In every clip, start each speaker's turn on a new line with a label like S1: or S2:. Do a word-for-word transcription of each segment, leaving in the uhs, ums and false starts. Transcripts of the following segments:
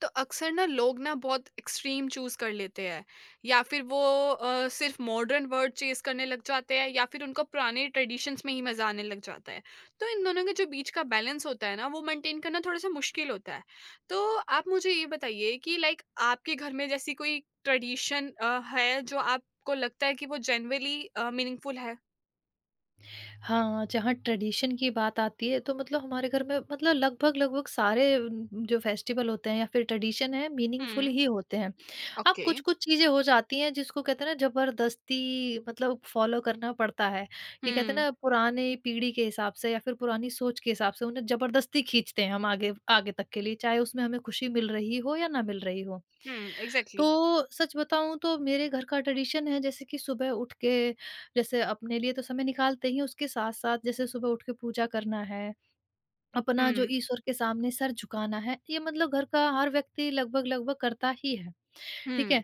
S1: तो अक्सर ना लोग ना बहुत एक्सट्रीम चूज कर लेते हैं। या फिर वो अ, सिर्फ मॉडर्न वर्ड चेज करने लग जाते हैं या फिर उनको पुराने ट्रेडिशंस में ही मजा आने लग जाता है। तो इन दोनों के जो बीच का बैलेंस होता है ना वो मेंटेन करना थोड़ा सा मुश्किल होता है। तो आप मुझे ये बताइए कि लाइक आपके घर में जैसी कोई ट्रेडिशन है जो आपको लगता है कि वो जेन्युइनली मीनिंगफुल है?
S2: हाँ, जहाँ ट्रेडिशन की बात आती है तो मतलब हमारे घर में मतलब लगभग लगभग सारे उम, जो फेस्टिवल होते हैं या फिर ट्रेडिशन है मीनिंगफुल
S1: हम्म।
S2: ही होते हैं। हाँ,
S1: ओके।
S2: कुछ-कुछ चीज़ें हो जाती हैं जिसको कहते हैं ना ज़बरदस्ती मतलब फ़ॉलो करना पड़ता है, कि कहते हैं
S1: हम्म।
S2: ना पुराने पीढ़ी के हिसाब से या फिर पुरानी सोच के हिसाब से उन्हें ज़बरदस्ती खींचते हैं हम आगे आगे तक के लिए, चाहे उसमें हमें खुशी मिल रही हो या ना मिल रही हो।
S1: Hmm exactly.
S2: तो सच बताऊँ तो मेरे घर का ट्रेडिशन है जैसे कि सुबह उठ के जैसे अपने लिए तो समय निकालते ही हैं, उसके साथ-साथ जैसे सुबह उठ के पूजा करना है, अपना जो
S1: हम्म।
S2: ईश्वर के सामने सर झुकाना है, ये मतलब घर का हर व्यक्ति लगभग-लगभग करता ही है, ठीक
S1: हम्म।
S2: है?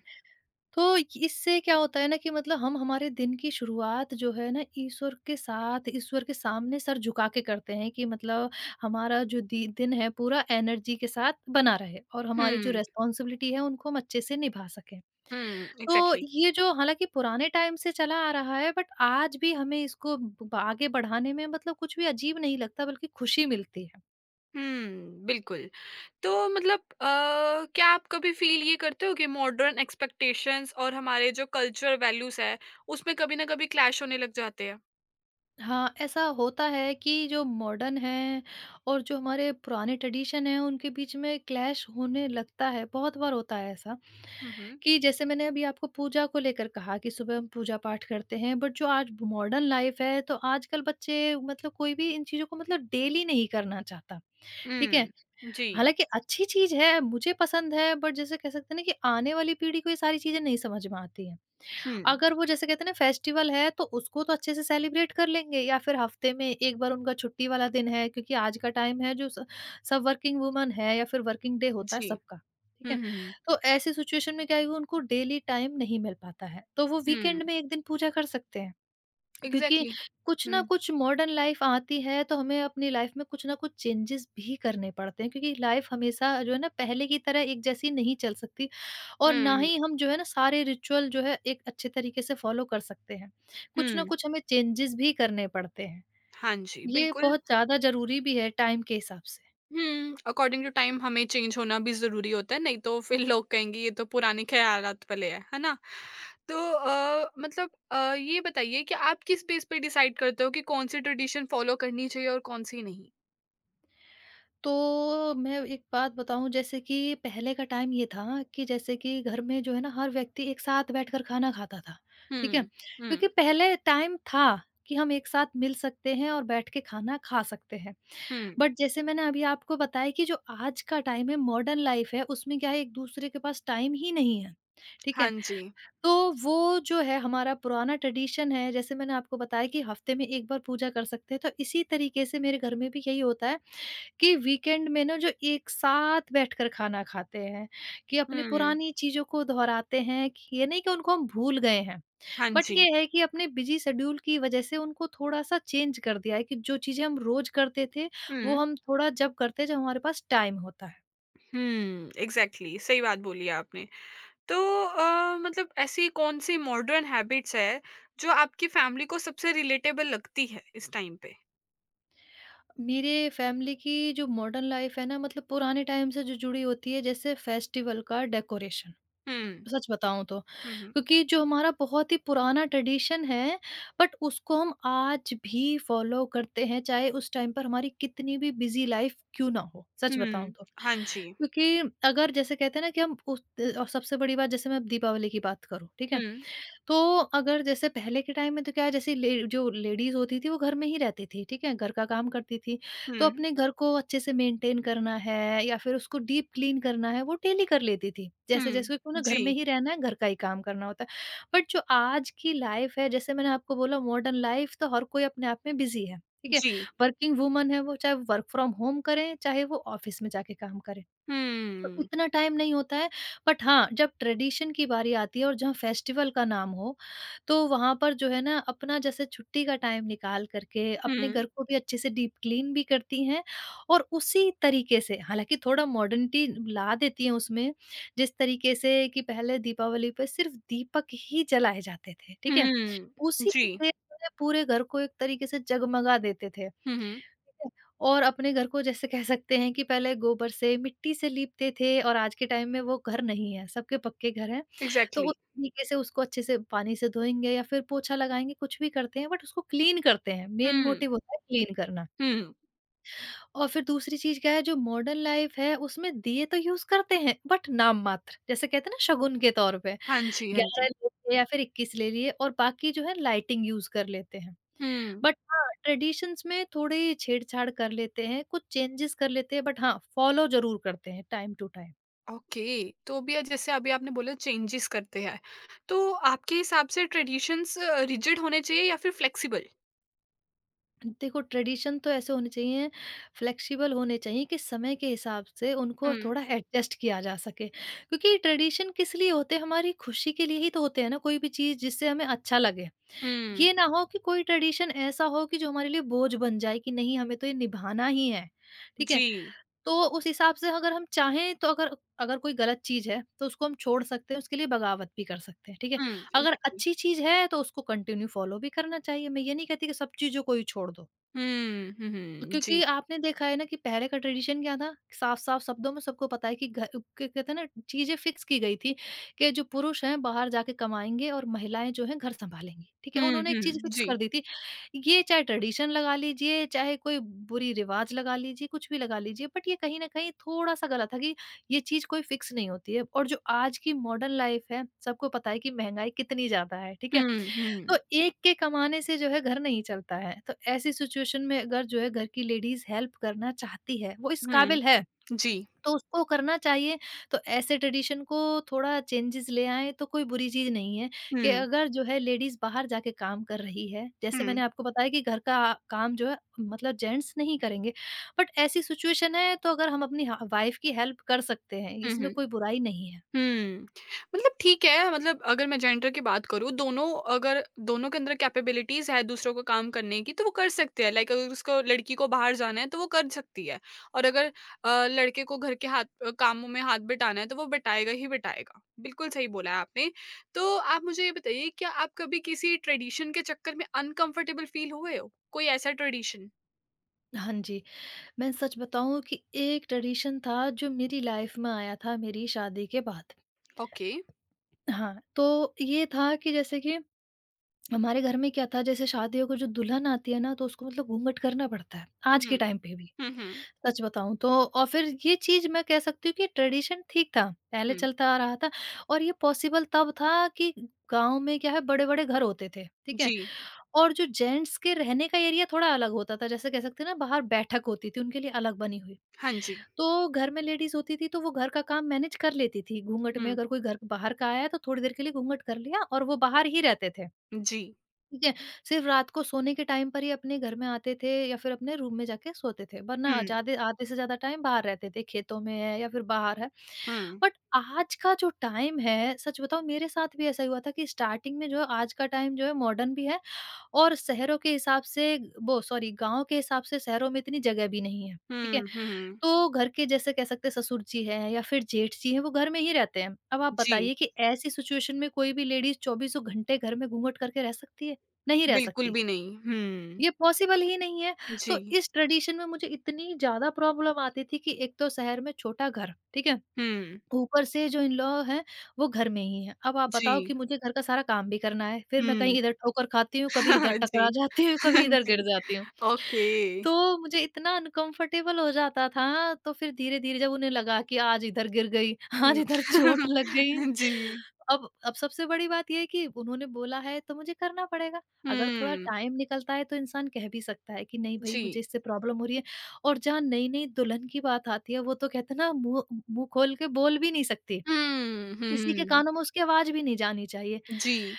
S2: तो इससे क्या होता है ना कि मतलब हम हमारे दिन की शुरुआत जो है ना ईश्वर के साथ, ईश्वर के सामने सर झुका के करते हैं कि मतलब हमारा जो दि दिन है पूरा एनर्जी के साथ बना रहे और हमारी जो
S1: हम्म।
S2: रिस्पॉन्सिबिलिटी है उनको हम अच्छे से निभा सकें।
S1: हम्म
S2: तो
S1: एग्जैक्टली।
S2: ये जो हालाँकि पुराने टाइम से चला आ रहा है बट आज भी हमें इसको ब आगे बढ़ाने में मतलब कुछ भी अजीब नहीं लगता बल्कि खुशी मिलती है।
S1: हुँ, बिल्कुल। तो मतलब अ, क्या आप कभी फ़ील ये करते हो कि मॉडर्न एक्सपेक्टेशंस और हमारे जो कल्चरल वैल्यूज़ हैं, उसमें कभी न कभी क्लैश होने लग जाते हैं?
S2: हाँ, ऐसा होता है कि जो मॉडर्न है और जो हमारे पुराने ट्रेडिशन हैं उनके बीच में क्लैश होने लगता है। बहुत बार होता है ऐसा
S1: हुँ, हुँ।
S2: कि जैसे मैंने अभी आपको पूजा को लेकर कहा कि सुबह हम पूजा पाठ करते हैं बट जो आज मॉडर्न लाइफ है तो आजकल बच्चे मतलब कोई भी इन चीज़ों को मतलब डेली नहीं करना चाहता। ठीक है?
S1: हुँ, जी।
S2: हालाँकि अच्छी चीज़ है, मुझे पसंद है बट जैसे कह सकते हैं ना कि आने वाली पीढ़ी को ये सारी चीज़ें नहीं समझ में आती हैं।
S1: हुँ,
S2: अगर वो जैसे कहते हैं ना फेस्टिवल है तो उसको तो अच्छे से सेलिब्रेट कर लेंगे या फिर हफ्ते में एक बार उनका छुट्टी वाला दिन है क्योंकि आज का टाइम है जो स- सब वर्किंग वुमन है या फिर वर्किंग डे होता है
S1: जी।
S2: सबका, ठीक
S1: हुँ,
S2: है?
S1: हुँ,
S2: तो ऐसी सिचुएशन में क्या है वो उनको डेली टाइम नहीं मिल पाता है तो वो
S1: हुँ। Exactly।
S2: वीकेंड
S1: हुँ,
S2: में एक दिन पूजा कर सकते हैं, क्योंकि
S1: एग्ज़ैक्टली।
S2: कुछ ना
S1: हुँ,
S2: कुछ मॉडर्न लाइफ आती है तो हमें अपनी लाइफ में कुछ ना कुछ चेंजेस भी करने पड़ते हैं क्योंकि लाइफ हमेशा जो है ना पहले की तरह एक जैसी नहीं चल सकती और ना
S1: हुँ,
S2: ही हम जो है ना सारे रिचुअल जो है एक अच्छे तरीके से फॉलो कर सकते हैं। कुछ ना
S1: हुँ।
S2: कुछ हमें चेंजेस भी करने पड़ते हैं।
S1: हाँ जी,
S2: ये
S1: बिल्कुल।
S2: बहुत ज्यादा जरूरी भी है टाइम के हिसाब से।
S1: हुँ, अकॉर्डिंग टू टाइम हमें चेंज होना भी ज़रूरी होता है, नहीं तो फिर लोग कहेंगे ये तो पुराने ख़यालात वाले है, है ना? तो अ, मतलब अ, ये बताइए कि आप किस बेस पे डिसाइड करते हो कि कौन-सी ट्रेडिशन फ़ॉलो करनी चाहिए और कौन-सी नहीं?
S2: तो मैं एक बात बताऊँ, जैसे कि पहले का टाइम ये था कि जैसे कि घर में जो है ना हर व्यक्ति एक साथ बैठकर खाना खाता था, ठीक है?
S1: हुँ, हुँ,
S2: क्योंकि पहले टाइम था कि हम एक साथ मिल सकते हैं और बैठ के खाना खा सकते हैं।
S1: हुँ,
S2: बट जैसे मैंने अभी आपको बताया कि जो आज का टाइम है मॉडर्न लाइफ़ है उसमें क्या है, एक दूसरे के पास टाइम ही नहीं है, ठीक
S1: हाँ
S2: है?
S1: जी।
S2: तो वो जो है हमारा पुराना ट्रेडिशन है, जैसे मैंने आपको बताया कि हफ़्ते में एक बार पूजा कर सकते हैं, तो इसी तरीके से मेरे घर में भी यही होता है कि वीकेंड में ना जो एक साथ बैठकर खाना खाते हैं, कि अपनी
S1: हुँ,
S2: पुरानी चीज़ों को दोहराते हैं, कि ये नहीं कि उनको हम भूल गए हैं,
S1: हाँ
S2: बट
S1: जी।
S2: ये है कि अपने बिज़ी शेड्यूल की वज़ह से उनको थोड़ा-सा चेंज कर दिया है कि जो चीज़ें हम रोज़ करते थे, वो
S1: हुँ,
S2: हम थोड़ा जब करते हैं जब हमारे पास टाइम होता है।
S1: हुँ, एग्ज़ैक्टली सही बात बोली आपने। तो अ, मतलब ऐसी कौन-सी मॉडर्न हैबिट्स है, जो आपकी फैमिली को सबसे रिलेटेबल लगती है इस टाइम पे?
S2: मेरे फैमिली की जो मॉडर्न लाइफ़ है ना, मतलब पुराने टाइम से जो जुड़ी होती है, जैसे फेस्टिवल का डेकोरेशन।
S1: हुँ।
S2: सच बताऊँ तो,
S1: हुँ, हुँ।
S2: क्योंकि जो हमारा बहुत ही पुराना ट्रेडिशन है, बट उसको हम आज भी फॉलो करते हैं, चाहे उस टाइम पर हमारी कितनी भी बिज़ी लाइफ़ क्यों ना हो, सच बताऊँ
S1: हुँ।
S2: तो।
S1: हाँ जी।
S2: क्योंकि अगर जैसे कहते हैं ना कि हम उस अ, सबसे बड़ी बात, जैसे मैं अब दीपावली की बात करूँ, ठीक
S1: हुँ,
S2: है? तो अगर जैसे पहले के टाइम में तो क्या है, जैसे ले जो लेडीज़ होती थी वो घर में ही रहती थी, ठीक है? घर का काम करती थी। तो
S1: हुँ,
S2: अपने घर को अच्छे से मेंटेन करना है या फिर उसको डीप क्लीन करना है, वो डेली कर लेती थी।
S1: हुँ।
S2: जैसे-जैसे क्यों ना, घर में
S1: जी,
S2: ही रहना है, घर का ही काम करना होता है। बट जो आज की लाइफ़ है, जैसे मैंने आपको बोला मॉडर्न लाइफ़, तो हर कोई अपने आप में बिज़ी है, ठीक है?
S1: जी।
S2: वर्किंग वुमन है वो, चाहे वर्क फ्रॉम होम करें, चाहे वो ऑफ़िस में जाके काम करें। तो
S1: हुँ,
S2: इतना टाइम नहीं होता है, बट हाँ, जब ट्रेडिशन की बारी आती है और जहाँ फेस्टिवल का नाम हो, तो वहाँ पर जो है ना अपना जैसे छुट्टी का टाइम निकाल कर के अपने
S1: हुँ,
S2: घर को भी अच्छे से डीप क्लीन भी करती हैं और उसी तरीके से हालाँकि थोड़ा मॉडर्निटी ला देती हैं उसमें, जिस तरीके से कि पहले दीपावली पे सिर्फ़ दीपक ही जलाए जाते थे, ठीक है?
S1: हुँ।
S2: उसी
S1: जी।
S2: से जो है पूरे घर को एक तरीके से जगमगा देते थे।
S1: हुँ, हुँ।
S2: और अपने घर को, जैसे कह सकते हैं, कि पहले गोबर से, मिट्टी से लीपते थे, और आज के टाइम में वो घर नहीं है, सबके पक्के घर हैं। तो
S1: इग्ज़ैक्टली।
S2: उस तरीके से उसको अच्छे से पानी से धोएँगे या फिर पोछा लगाएँगे, कुछ भी करते हैं बट उसको क्लीन करते हैं, मेन
S1: हुँ,
S2: मोटिव होता है क्लीन करना।
S1: हुँ।
S2: और फिर दूसरी चीज़ क्या है, जो मॉडर्न लाइफ़ है उसमें दिए तो यूज़ करते हैं बट नाम मात्र, जैसे कहते हैं ना शगुन के तौर पे
S1: हाँ जी, हाँ
S2: ग्यारह
S1: जी।
S2: ले लिए या फिर इक्कीस ले लिए, और बाकी जो है लाइटिंग यूज़ कर लेते हैं।
S1: हुँ,
S2: बट हाँ, ट्रेडिशंस में थोड़ी छेड़छाड़ कर लेते हैं, कुछ चेंजेस कर लेते हैं, बट हाँ, फॉलो ज़रूर करते हैं टाइम टू टाइम।
S1: ओके। तो अभी अ, जैसे अभी आपने बोला चेंजेस करते हैं। तो आपके हिसाब से ट्रेडिशंस अ, रिजिड होने चाहिए या फिर फ्लेक्सिबल?
S2: देखो, ट्रेडिशन तो ऐसे होने चाहिए, फ्लेक्सिबल होने चाहिए कि समय के हिसाब से उनको
S1: हुँ,
S2: थोड़ा एडजस्ट किया जा सके। क्योंकि ट्रेडिशन किस लिए होते हैं, हमारी खुशी के लिए ही तो होते हैं ना, कोई भी चीज़ जिससे हमें अच्छा लगे।
S1: हुँ।
S2: ये ना हो कि कोई ट्रेडिशन ऐसा हो कि जो हमारे लिए बोझ बन जाए कि नहीं हमें तो ये निभाना ही है, ठीक है?
S1: जी।
S2: तो उस हिसाब से अगर हम चाहें तो अगर अगर कोई गलत चीज़ है तो उसको हम छोड़ सकते हैं, उसके लिए बगावत भी कर सकते हैं, ठीक है?
S1: हुँ,
S2: अगर
S1: इग्ज़ैक्टली।
S2: अच्छी चीज़ है तो उसको कंटिन्यू फ़ॉलो भी करना चाहिए। मैं ये नहीं कहती कि सब चीज़ों को ही छोड़ दो।
S1: हुँ, हुँ, हुँ। जी।
S2: क्योंकि आपने देखा है ना कि पहले का ट्रेडिशन क्या था, साफ-साफ शब्दों में सबको पता है कि घ क्या कहते हैं ना, चीज़ें फिक्स की गई थी कि जो पुरुष हैं बाहर जाके कमाएँगे और महिलाएँ जो हैं घर सँभालेंगी, ठीक है?
S1: हुँ,
S2: उन्होंने एक
S1: हुँ।
S2: चीज़ फिक्स
S1: जी।
S2: कर दी थी। ये चाहे ट्रेडिशन लगा लीजिए, चाहे कोई बुरी रिवाज लगा लीजिए, कुछ भी लगा लीजिए, बट ये कहीं न कहीं थोड़ा-सा गलत है कि ये चीज़ कोई फिक्स नहीं होती है, और जो आज की मॉडर्न लाइफ़ है सबको पता है कि महँगाई कितनी ज़्यादा है, ठीक है?
S1: हुँ,
S2: तो
S1: हुँ।
S2: एक के कमाने से जो है घर नहीं चलता है, तो ऐसी सिचुएशन में अगर जो है घर की लेडीज़ हेल्प करना चाहती है, वो इस
S1: हुँ,
S2: काबिल है,
S1: जी।
S2: तो उसको करना चाहिए। तो ऐसे ट्रेडिशन को थोड़ा चेंजेज़ ले आएँ तो कोई बुरी चीज़ नहीं है,
S1: हुँ,
S2: कि
S1: हुँ।
S2: अगर जो है लेडीज़ बाहर जाके काम कर रही है, जैसे मैंने आपको बताया कि घर का काम जो है मतलब जेंट्स नहीं करेंगे। बट ऐसी सिचुएशन है तो अगर हम अपनी ह वाइफ़ की हेल्प कर सकते हैं,
S1: हुँ,
S2: इसमें
S1: हुँ।
S2: कोई बुराई नहीं है।
S1: हुँ। मतलब ठीक है, मतलब अगर मैं जेंडर की बात करूँ, दोनों अगर दोनों के अंदर कैपेबिलिटीज़ है दूसरों को काम करने की, तो वो कर सकते हैं। लाइक अगर उसको लड़की को बाहर जाना है, तो वो कर सकती है और अगर अ, लड़के को घर के हाथ अ, कामों में हाथ बटाना है, तो वो बटाएगा ही बटाएगा। बिल्कुल सही बोला है आपने। तो आप मुझे ये बताइए, क्या आप कभी किसी ट्रेडिशन के चक्कर में अनकम्फ़र्टेबल फ़ील हुए हो? कोई ऐसा ट्रेडिशन?
S2: हाँ जी। मैं सच बताऊँ कि एक ट्रेडिशन था जो मेरी लाइफ में आया था मेरी शादी के बाद।
S1: ओके।
S2: हाँ, तो ये था कि जैसे कि हमारे घर में क्या था, जैसे शादियों को जो दुल्हन आती है ना तो उसको मतलब घूंघट करना पड़ता है, आज के
S1: हुँ,
S2: टाइम पे भी,
S1: हुँ, हुँ,
S2: सच बताऊँ तो। और फिर ये चीज़ मैं कह सकती हूँ कि ट्रेडिशन ठीक था, पहले
S1: हुँ।
S2: चलता आ रहा था, और ये पॉसिबल तब था कि गाँव में क्या है, बड़े-बड़े घर होते थे, ठीक है?
S1: जी।
S2: और जो जेंट्स के रहने का एरिया थोड़ा अलग होता था, जैसे कह सकते हैं ना, बाहर बैठक होती थी उनके लिए अलग बनी हुई।
S1: हाँ जी।
S2: तो घर में लेडीज़ होती थी, तो वो घर का काम मैनेज कर लेती थी। घूँघट में
S1: हुँ,
S2: अगर कोई घर बाहर का आया, तो थोड़ी देर के लिए घूँघट कर लिया और वो बाहर ही रहते थे,
S1: जी।
S2: ठीक है? सिर्फ़ रात को सोने के टाइम पर ही अपने घर में आते थे या फिर अपने रूम में जाके सोते थे, वरना
S1: हुँ,
S2: ज़्यादा आधे से ज़्यादा टाइम बाहर रहते थे, खेतों में है या फिर बाहर है।
S1: हुँ।
S2: बट आज का जो टाइम है, सच बताऊँ मेरे साथ भी ऐसा ही हुआ था कि स्टार्टिंग में जो है आज का टाइम जो है मॉडर्न भी है और शहरों के हिसाब से वो सॉरी गाँव के हिसाब से शहरों में इतनी जगह भी नहीं है, ठीक है?
S1: हुँ, हुँ।
S2: तो घर के जैसे कह सकते हैं ससुर जी हैं या फिर जेठ जी हैं, वो घर में ही रहते हैं। अब आप
S1: जी,
S2: बताइए कि ऐसी सिचुएशन में कोई भी लेडीज़ चौबीसों घंटे घर में घूँघट करके रह सकती है? नहीं रह
S1: बिल्कुल
S2: सकती।
S1: भी नहीं। हुँ,
S2: ये पॉसिबल ही नहीं है। तो
S1: जी।
S2: इस ट्रेडिशन में मुझे इतनी ज़्यादा प्रॉब्लम आती थी कि एक तो शहर में छोटा घर, ठीक है?
S1: हुँ,
S2: ऊपर से जो इन-लॉ हैं, वो घर में ही हैं। अब आप
S1: जी।
S2: बताओ कि मुझे घर का सारा काम भी करना है, फिर मैं
S1: हुँ।
S2: कहीं इधर ठोकर खाती हूँ, कभी इधर टकरा
S1: जी,
S2: जाती हूँ, कभी इधर
S1: जी।
S2: गिर जाती हूँ।
S1: ओके।
S2: तो मुझे इतना अनकंफर्टेबल हो जाता था, तो फिर धीरे-धीरे जब उन्हें लगा कि आज इधर गिर गई, आज
S1: हुँ।
S2: इधर चोट लग गई।
S1: जी।
S2: अब अब सबसे बड़ी बात ये है कि उन्होंने बोला है तो मुझे करना पड़ेगा। अगर थोड़ा
S1: हुँ,
S2: टाइम निकलता है तो इंसान कह भी सकता है कि नहीं भई, मुझे
S1: जी।
S2: इससे प्रॉब्लम हो रही है। और जहाँ नई-नई दुल्हन की बात आती है, वो तो कहते हैं ना, मुँह मुँह खोल के बोल भी नहीं सकती।
S1: हुँ,
S2: किसी के
S1: हुँ,
S2: कानों में उसकी आवाज़ भी नहीं जानी चाहिए।
S1: जी।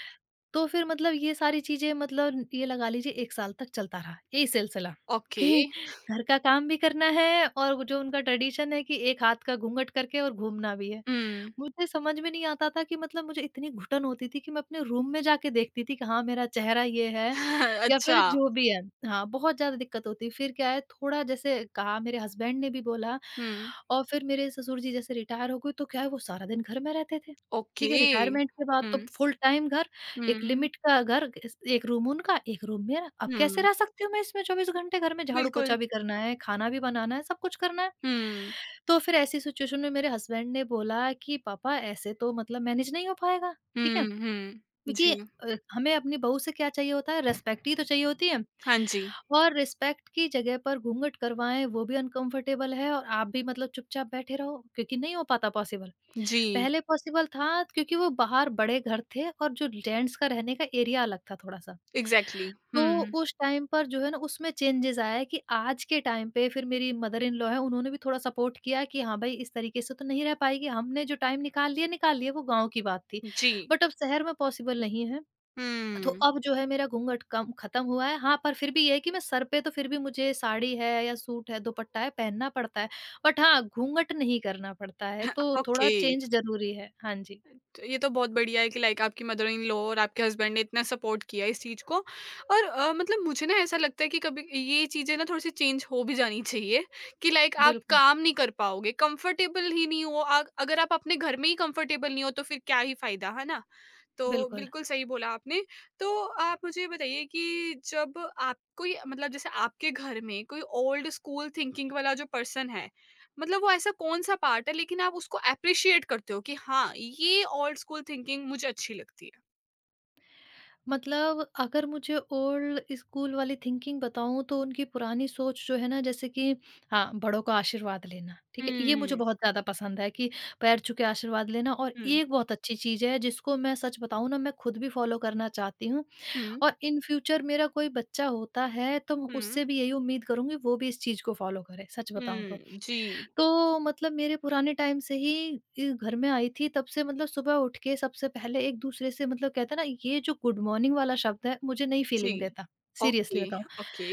S2: तो फिर मतलब ये सारी चीज़ें, मतलब ये लगा लीजिए एक साल तक चलता रहा, यही सिलसिला
S1: ओके।
S2: कि घर का काम भी करना है और वो जो उनका ट्रेडिशन है कि एक हाथ का घूँघट करके और घूमना भी है।
S1: हुँ।
S2: मुझे समझ में नहीं आता था कि मतलब मुझे इतनी घुटन होती थी कि मैं अपने रूम में जाके देखती थी कि हाँ, मेरा चेहरा ये है या फिर
S1: अच्छा।
S2: जो भी है। हाँ, बहुत ज़्यादा दिक्कत होती। फिर क्या है, थोड़ा जैसे कहा, मेरे हस्बैंड ने भी बोला
S1: हुँ,
S2: और फिर मेरे ससुर जी जैसे रिटायर हो गए, तो क्या है, वो सारा दिन घर में रहते थे।
S1: ओके।
S2: ठीक है, रिटायरमेंट के बाद तो
S1: हुँ,
S2: फुल टाइम घर, एक
S1: हुँ,
S2: लिमिट का घर, इस एक रूम उनका, एक रूम मेरा। अब कैसे
S1: हुँ।
S2: रह सकती हूँ मैं इसमें, चौबीस घंटे घर में
S1: बिल्कुल।
S2: झाड़ू-पोछा भी करना है, खाना भी बनाना है, सब कुछ करना है।
S1: हुँ,
S2: तो फिर ऐसी सिचुएशन में मेरे हस्बैंड ने बोला कि पापा, ऐसे तो मतलब मैनेज नहीं हो पाएगा, ठीक है?
S1: हुँ, हुँ। जी।
S2: क्योंकि अ, हमें अपनी बहू से क्या चाहिए होता है, रिस्पेक्ट ही तो चाहिए होती है।
S1: हाँ जी।
S2: और रिस्पेक्ट की जगह पर घूंघट करवाएँ, वो भी अनकंफर्टेबल है, और आप भी मतलब चुपचाप बैठे रहो, क्योंकि नहीं हो पाता पॉसिबल।
S1: जी,
S2: पहले पॉसिबल था क्योंकि वो बाहर बड़े घर थे और जो जेंट्स का रहने का एरिया अलग था थोड़ा-सा।
S1: एग्ज़ैक्टली।
S2: तो
S1: हुँ,
S2: उस टाइम पर जो है ना, उसमें चेंजेज़ आया कि आज के टाइम पे फिर मेरी मदर इन लॉ है, उन्होंने भी थोड़ा सपोर्ट किया कि हाँ भाई, इस तरीके से तो नहीं रह पाएगी, हमने जो टाइम निकाल लिया, निकाल लिया, वो गाँव की बात थी।
S1: जी।
S2: बट अब शहर में पॉसिबल नहीं है। तो
S1: हुँ।
S2: अब जो है, मेरा घूंघट कम खत्म हुआ है। हाँ, पर फिर भी ये है कि मैं सर पे तो फिर भी मुझे साड़ी है या सूट है, दुपट्टा है पहनना पड़ता है। बट हाँ, घूंघट नहीं करना पड़ता है, तो थोड़ा
S1: ओके।
S2: चेंज ज़रूरी है। हाँ जी।
S1: तो ये तो बहुत बढ़िया है कि लाइक आपकी मदर इन लॉ और आपके हस्बैंड ने इतना सपोर्ट किया इस चीज को। और अ, मतलब मुझे ना ऐसा लगता है कि कभी ये चीजें ना थोड़ी सी चेंज हो भी जानी चाहिए कि लाइक आप
S2: बिल्कुल,
S1: काम नहीं कर पाओगे कंफर्टेबल ही नहीं हो आ, अगर आप अपने घर में ही कंफर्टेबल नहीं हो तो फिर क्या ही फायदा है ना। तो
S2: बिल्कुल।
S1: बिल्कुल सही बोला आपने। तो आप मुझे ये बताइए कि जब आप कोई मतलब जैसे आपके घर में कोई ओल्ड स्कूल थिंकिंग वाला जो पर्सन है, मतलब वो ऐसा कौन-सा पार्ट है लेकिन आप उसको एप्रिशिएट करते हो कि हाँ, ये ओल्ड स्कूल थिंकिंग मुझे अच्छी लगती है?
S2: मतलब अगर मुझे ओल्ड स्कूल वाली थिंकिंग बताऊँ, तो उनकी पुरानी सोच जो है ना, जैसे कि हाँ, बड़ों का आशीर्वाद लेना, ठीक है? ये मुझे
S1: हुँ,
S2: बहुत ज़्यादा पसंद है कि पैर छू के आशीर्वाद लेना, और
S1: हुँ,
S2: एक बहुत अच्छी चीज़ है जिसको मैं, सच बताऊँ ना, मैं खुद भी फॉलो करना चाहती हूँ,
S1: हुँ,
S2: और इन फ्यूचर मेरा कोई बच्चा होता है तो मैं
S1: हुँ,
S2: उससे भी यही उम्मीद करूँगी, वो भी इस चीज़ को फ़ॉलो करे, सच बताऊँ तो।
S1: हुँ, जी,
S2: तो मतलब मेरे पुराने टाइम से ही इ घर में आई थी, तब से मतलब सुबह उठ के सबसे पहले एक-दूसरे से, मतलब कहते हैं ना, ये जो गुड मॉर्निंग वाला शब्द है, मुझे नहीं
S1: जी।
S2: फीलिंग देता, सीरियसली
S1: ओके,
S2: बताऊँ।
S1: ओके,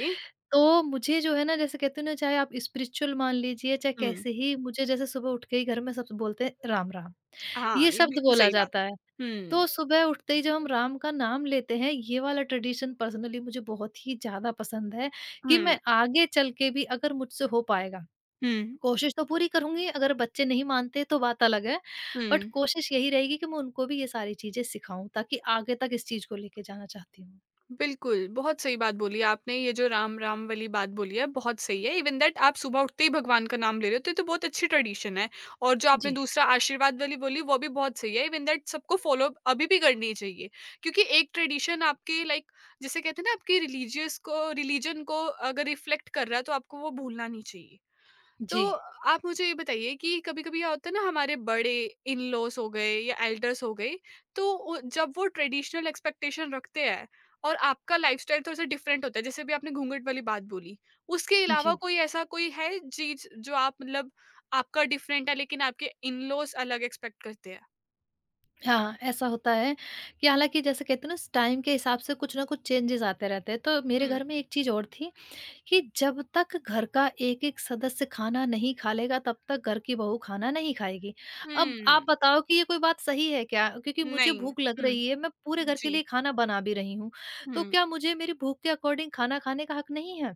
S2: तो मुझे जो है ना, जैसे कहते हो ना, चाहे आप स्पिरिचुअल मान लीजिए, चाहे
S1: हुँ।
S2: कैसे ही, मुझे जैसे सुबह उठ के ही घर में सब बोलते हैं राम-राम,
S1: हाँ,
S2: ये
S1: ये
S2: शब्द
S1: बिल्कुल
S2: बोला
S1: सही बात
S2: जाता
S1: है।
S2: है।
S1: हुँ,
S2: तो सुबह उठते ही जब हम राम का नाम लेते हैं, ये वाला ट्रेडिशन पर्सनली मुझे बहुत ही ज़्यादा पसंद है कि
S1: हुँ,
S2: मैं आगे चल के भी, अगर मुझसे हो पाएगा,
S1: हुँ,
S2: कोशिश तो पूरी करूँगी, अगर बच्चे नहीं मानते तो बात अलग है,
S1: हुँ।
S2: बट कोशिश यही रहेगी कि मैं उनको भी ये सारी चीज़ें सिखाऊँ, ताकि आगे तक इस चीज़ को लेके जाना चाहती हूँ।
S1: बिल्कुल, बहुत सही बात बोली आपने, ये जो राम, राम वाली बात बोली है, बहुत सही है। इवन दैट आप सुबह उठते ही भगवान का नाम ले रहे हो, तो ये तो बहुत अच्छी ट्रेडिशन है। और जो आपने
S2: जी,
S1: दूसरा आशीर्वाद वाली बोली, वो भी बहुत सही है। इवन दैट सबको फ़ॉलो अभी भी करनी चाहिए, क्योंकि एक ट्रेडिशन आपके लाइक जिसे कहते हैं ना, आपके रिलीजियस को रिलीजन को अगर रिफ्लेक्ट कर रहा है, तो आपको वो भूलना नहीं चाहिए। तो
S2: जी,
S1: आप मुझे ये बताइए कि कभी-कभी क्या होता है ना हमारे बड़े इन-लॉज़ हो गए या एल्डर्स हो गए, तो उ जब वो ट्रेडिशनल एक्सपेक्टेशन रखते हैं और आपका लाइफ़स्टाइल थोड़ा-सा डिफरेंट होता है, जैसे अभी आपने घूंघट वाली बात बोली, उसके अलावा
S2: जी।
S1: कोई ऐसा कोई है चीज़ जो आप मतलब आपका डिफरेंट है लेकिन आपके इन-लॉज़ अलग एक्सपेक्ट करते हैं?
S2: हाँ, ऐसा होता है कि हालाँकि, जैसे कहते हैं ना, टाइम के हिसाब से कुछ ना कुछ चेंजेज़ आते रहते हैं, तो मेरे
S1: हुँ।
S2: घर में एक चीज़ और थी कि जब तक घर का एक-एक सदस्य खाना नहीं खा लेगा, तब तक घर की बहू खाना नहीं खाएगी। अब
S1: हुँ,
S2: आप बताओ कि ये कोई बात सही है क्या? क्योंकि मुझे
S1: नहीं।
S2: भूख लग
S1: हुँ,
S2: रही है, मैं पूरे घर के
S1: जी।
S2: लिए खाना बना भी रही हूँ, तो
S1: हुँ।
S2: क्या मुझे मेरी भूख के अकॉर्डिंग खाना खाने का हक नहीं है?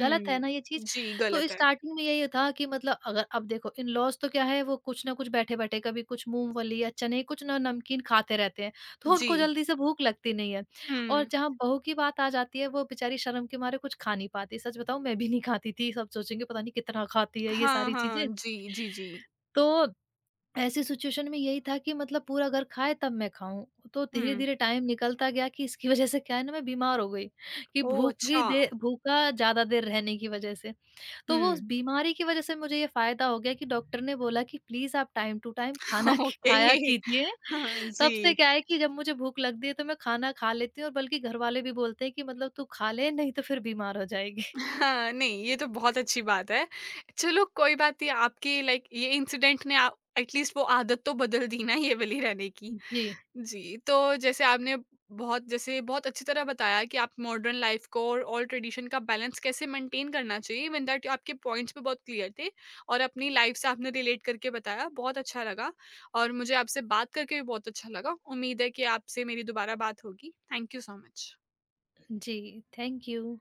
S2: गलत है ना ये चीज़।
S1: जी,
S2: तो
S1: गलत है।
S2: स्टार्टिंग में यही था कि मतलब, अगर अब देखो, इन-लॉज़ तो क्या है, वो कुछ ना कुछ बैठे-बैठे कभी कुछ मूँगफली या चने, कुछ ना नमकीन खाते रहते हैं, तो
S1: जी।
S2: उनको जल्दी से भूख लगती नहीं है। और
S1: हुँ।
S2: जहाँ बहू की बात आ जाती है, वो बेचारी शर्म के मारे कुछ खा नहीं पाती। सच बताऊँ, मैं भी नहीं खाती थी, सब सोचेंगे पता नहीं कितना खाती है, ये
S1: हाँ,
S2: सारी
S1: हाँ।
S2: चीज़ें।
S1: जी, जी, जी।
S2: तो ऐसी सिचुएशन में यही था कि मतलब पूरा घर खाए तब मैं खाऊँ। तो
S1: हुँ।
S2: धीरे-धीरे टाइम निकलता गया कि इसकी वज़ह से क्या है ना, मैं बीमार हो गई, कि
S1: ओह!
S2: भूख
S1: अच्छा।
S2: की दे भूखा ज़्यादा देर रहने की वज़ह से। तो वो उस
S1: हुँ।
S2: बीमारी की वज़ह से मुझे ये फ़ायदा हो गया कि डॉक्टर ने बोला कि प्लीज़ आप टाइम टू टाइम खाना ख
S1: ओके।
S2: खाया कीजिए।
S1: हाँ,
S2: तब
S1: जी।
S2: से क्या है कि जब मुझे भूख लगती है तो मैं खाना खा लेती हूँ, और बल्कि घरवाले भी बोलते हैं कि मतलब तू खा ले, नहीं तो फिर बीमार हो जाएगी।
S1: हाँ, नहीं ये तो बहुत अच्छी बात है। चलो कोई बात नहीं आपकी लाइक ये इंसिडेंट ने आ एटलीस्ट वो आदत तो बदल दी ना ये वाली रहने की।
S2: जी।
S1: जी, तो जैसे आपने बहुत जैसे बहुत अच्छी तरह बताया कि आप मॉडर्न लाइफ़ को और ओल्ड ट्रेडिशन का बैलेंस कैसे मेंटेन करना चाहिए, इवन दैट आपके पॉइंट्स भी बहुत क्लियर थे और अपनी लाइफ़ से आपने रिलेट करके बताया, बहुत अच्छा लगा और मुझे आपसे बात करके भी बहुत अच्छा लगा। उम्मीद है कि आपसे मेरी दोबारा बात होगी। Thank you so much.
S2: जी, थैंक यू।